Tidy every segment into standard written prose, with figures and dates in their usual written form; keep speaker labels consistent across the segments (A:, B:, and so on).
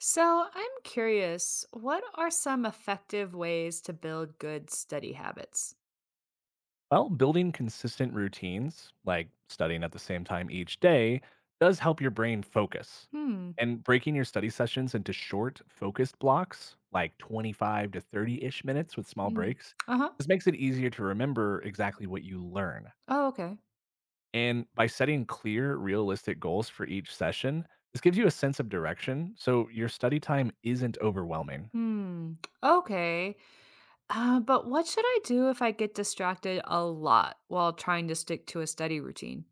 A: So, I'm curious, what are some effective ways to build good study habits?
B: Well, building consistent routines, like studying at the same time each day, does help your brain focus.
A: Hmm.
B: And breaking your study sessions into short, focused blocks, like 25 to 30 ish minutes with small
A: Mm.
B: breaks,
A: Uh-huh.
B: this makes it easier to remember exactly what you learn.
A: Oh, okay.
B: And by setting clear, realistic goals for each session, this gives you a sense of direction so your study time isn't overwhelming.
A: Hmm. Okay. But what should I do if I get distracted a lot while trying to stick to a study routine?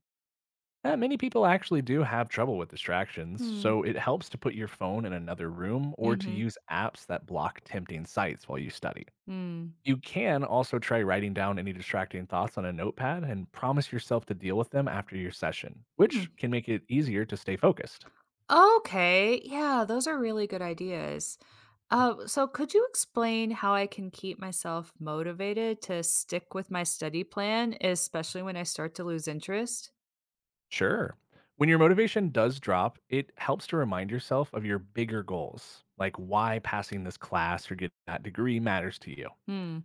B: Many people actually do have trouble with distractions,
A: Hmm.
B: so it helps to put your phone in another room or to
A: Mm-hmm.
B: use apps that block tempting sights while you study.
A: Hmm.
B: You can also try writing down any distracting thoughts on a notepad and promise yourself to deal with them after your session,
A: Hmm.
B: which can make it easier to stay focused.
A: Okay. Yeah, those are really good ideas. So could you explain how I can keep myself motivated to stick with my study plan, especially when I start to lose interest?
B: Sure. When your motivation does drop, it helps to remind yourself of your bigger goals, like why passing this class or getting that degree matters to you.
A: Hmm.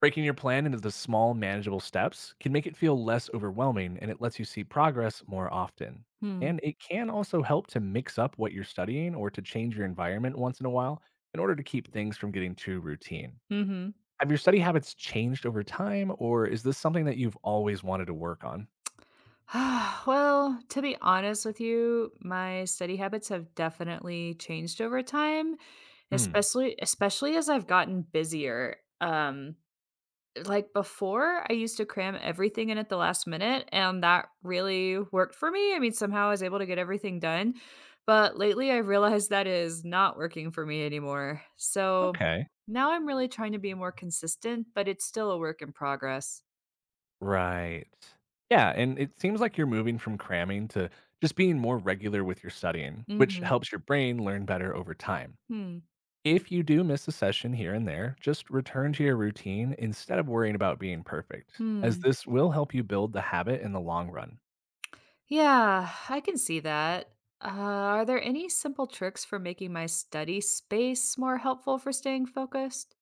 B: Breaking your plan into the small, manageable steps can make it feel less overwhelming and it lets you see progress more often.
A: Hmm.
B: And it can also help to mix up what you're studying or to change your environment once in a while in order to keep things from getting too routine.
A: Mm-hmm.
B: Have your study habits changed over time, or is this something that you've always wanted to work on?
A: Well, to be honest with you, my study habits have definitely changed over time,
B: Hmm.
A: especially as I've gotten busier. Like, before, I used to cram everything in at the last minute, and that really worked for me. I mean, somehow I was able to get everything done, but lately I realized that is not working for me anymore. So,
B: Okay.
A: now I'm really trying to be more consistent, but it's still a work in progress.
B: Right. Yeah. And it seems like you're moving from cramming to just being more regular with your studying, which
A: Mhm.
B: helps your brain learn better over time.
A: Hmm.
B: If you do miss a session here and there, just return to your routine instead of worrying about being perfect, as
A: Hmm.
B: this will help you build the habit in the long run.
A: Yeah, I can see that. Uh, are there any simple tricks for making my study space more helpful for staying focused?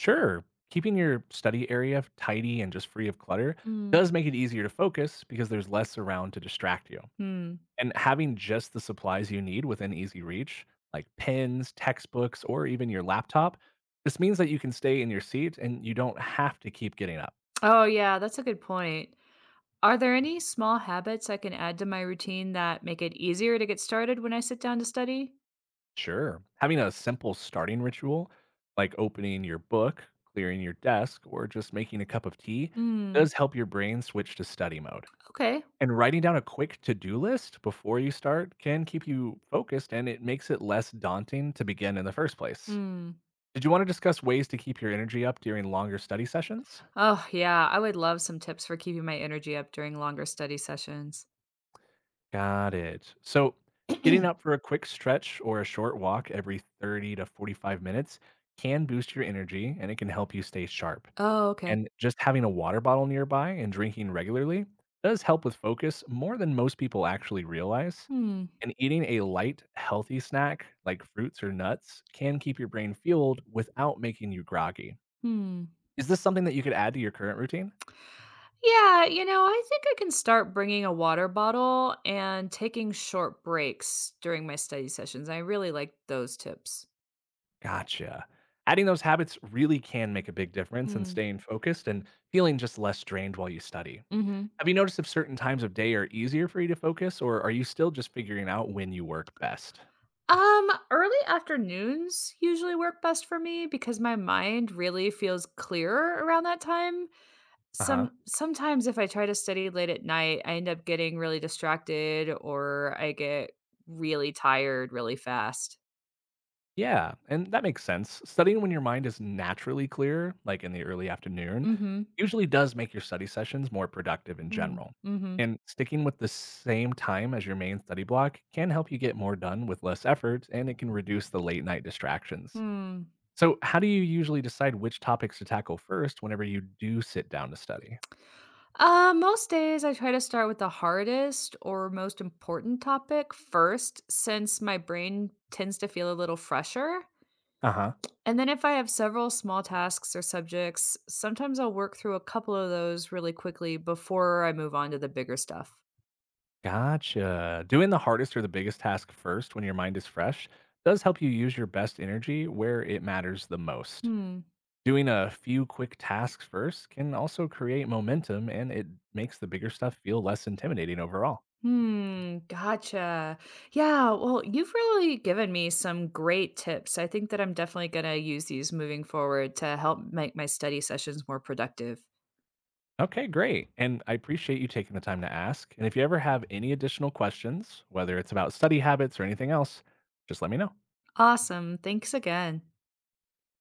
B: Sure, keeping your study area tidy and just free of clutter
A: Mm.
B: does make it easier to focus because there's less around to distract you.
A: Hmm.
B: And having just the supplies you need within easy reach, like pens, textbooks, or even your laptop, this means that you can stay in your seat and you don't have to keep getting up.
A: Oh, yeah, that's a good point. Are there any small habits I can add to my routine that make it easier to get started when I sit down to study?
B: Sure. Having a simple starting ritual, like opening your book, clearing your desk, or just making a cup of tea,
A: Hmm.
B: does help your brain switch to study mode.
A: Okay.
B: And writing down a quick to do list before you start can keep you focused and it makes it less daunting to begin in the first place.
A: Hmm.
B: Did you want to discuss ways to keep your energy up during longer study sessions?
A: Oh, yeah. I would love some tips for keeping my energy up during longer study sessions.
B: Got it. So, getting up for a quick stretch or a short walk every 30 to 45 minutes can boost your energy and it can help you stay sharp.
A: Oh, okay.
B: And just having a water bottle nearby and drinking regularly does help with focus more than most people actually realize.
A: Hmm.
B: And eating a light, healthy snack like fruits or nuts can keep your brain fueled without making you groggy.
A: Hmm.
B: Is this something that you could add to your current routine?
A: Yeah, you know, I think I can start bringing a water bottle and taking short breaks during my study sessions. I really like those tips.
B: Gotcha. Adding those habits really can make a big difference in
A: Hmm.
B: staying focused and feeling just less drained while you study.
A: Mm-hmm.
B: Have you noticed if certain times of day are easier for you to focus, or are you still just figuring out when you work best?
A: Early afternoons usually work best for me because my mind really feels clearer around that time.
B: Uh huh.
A: Sometimes if I try to study late at night, I end up getting really distracted or I get really tired really fast.
B: Yeah, and that makes sense. Studying when your mind is naturally clear, like in the early afternoon,
A: Mhm.
B: usually does make your study sessions more productive in
A: Mm.
B: general.
A: Mhm.
B: And sticking with the same time as your main study block can help you get more done with less effort and it can reduce the late night distractions.
A: Hmm.
B: So, how do you usually decide which topics to tackle first whenever you do sit down to study?
A: Most days I try to start with the hardest or most important topic first since my brain tends to feel a little fresher.
B: Uh huh.
A: And then if I have several small tasks or subjects, sometimes I'll work through a couple of those really quickly before I move on to the bigger stuff.
B: Gotcha. Doing the hardest or the biggest task first when your mind is fresh does help you use your best energy where it matters the most.
A: Hmm.
B: Doing a few quick tasks first can also create momentum and it makes the bigger stuff feel less intimidating overall.
A: Hmm. Gotcha. Yeah. Well, you've really given me some great tips. I think that I'm definitely going to use these moving forward to help make my study sessions more productive.
B: Okay, great. And I appreciate you taking the time to ask. And if you ever have any additional questions, whether it's about study habits or anything else, just let me know.
A: Awesome. Thanks again.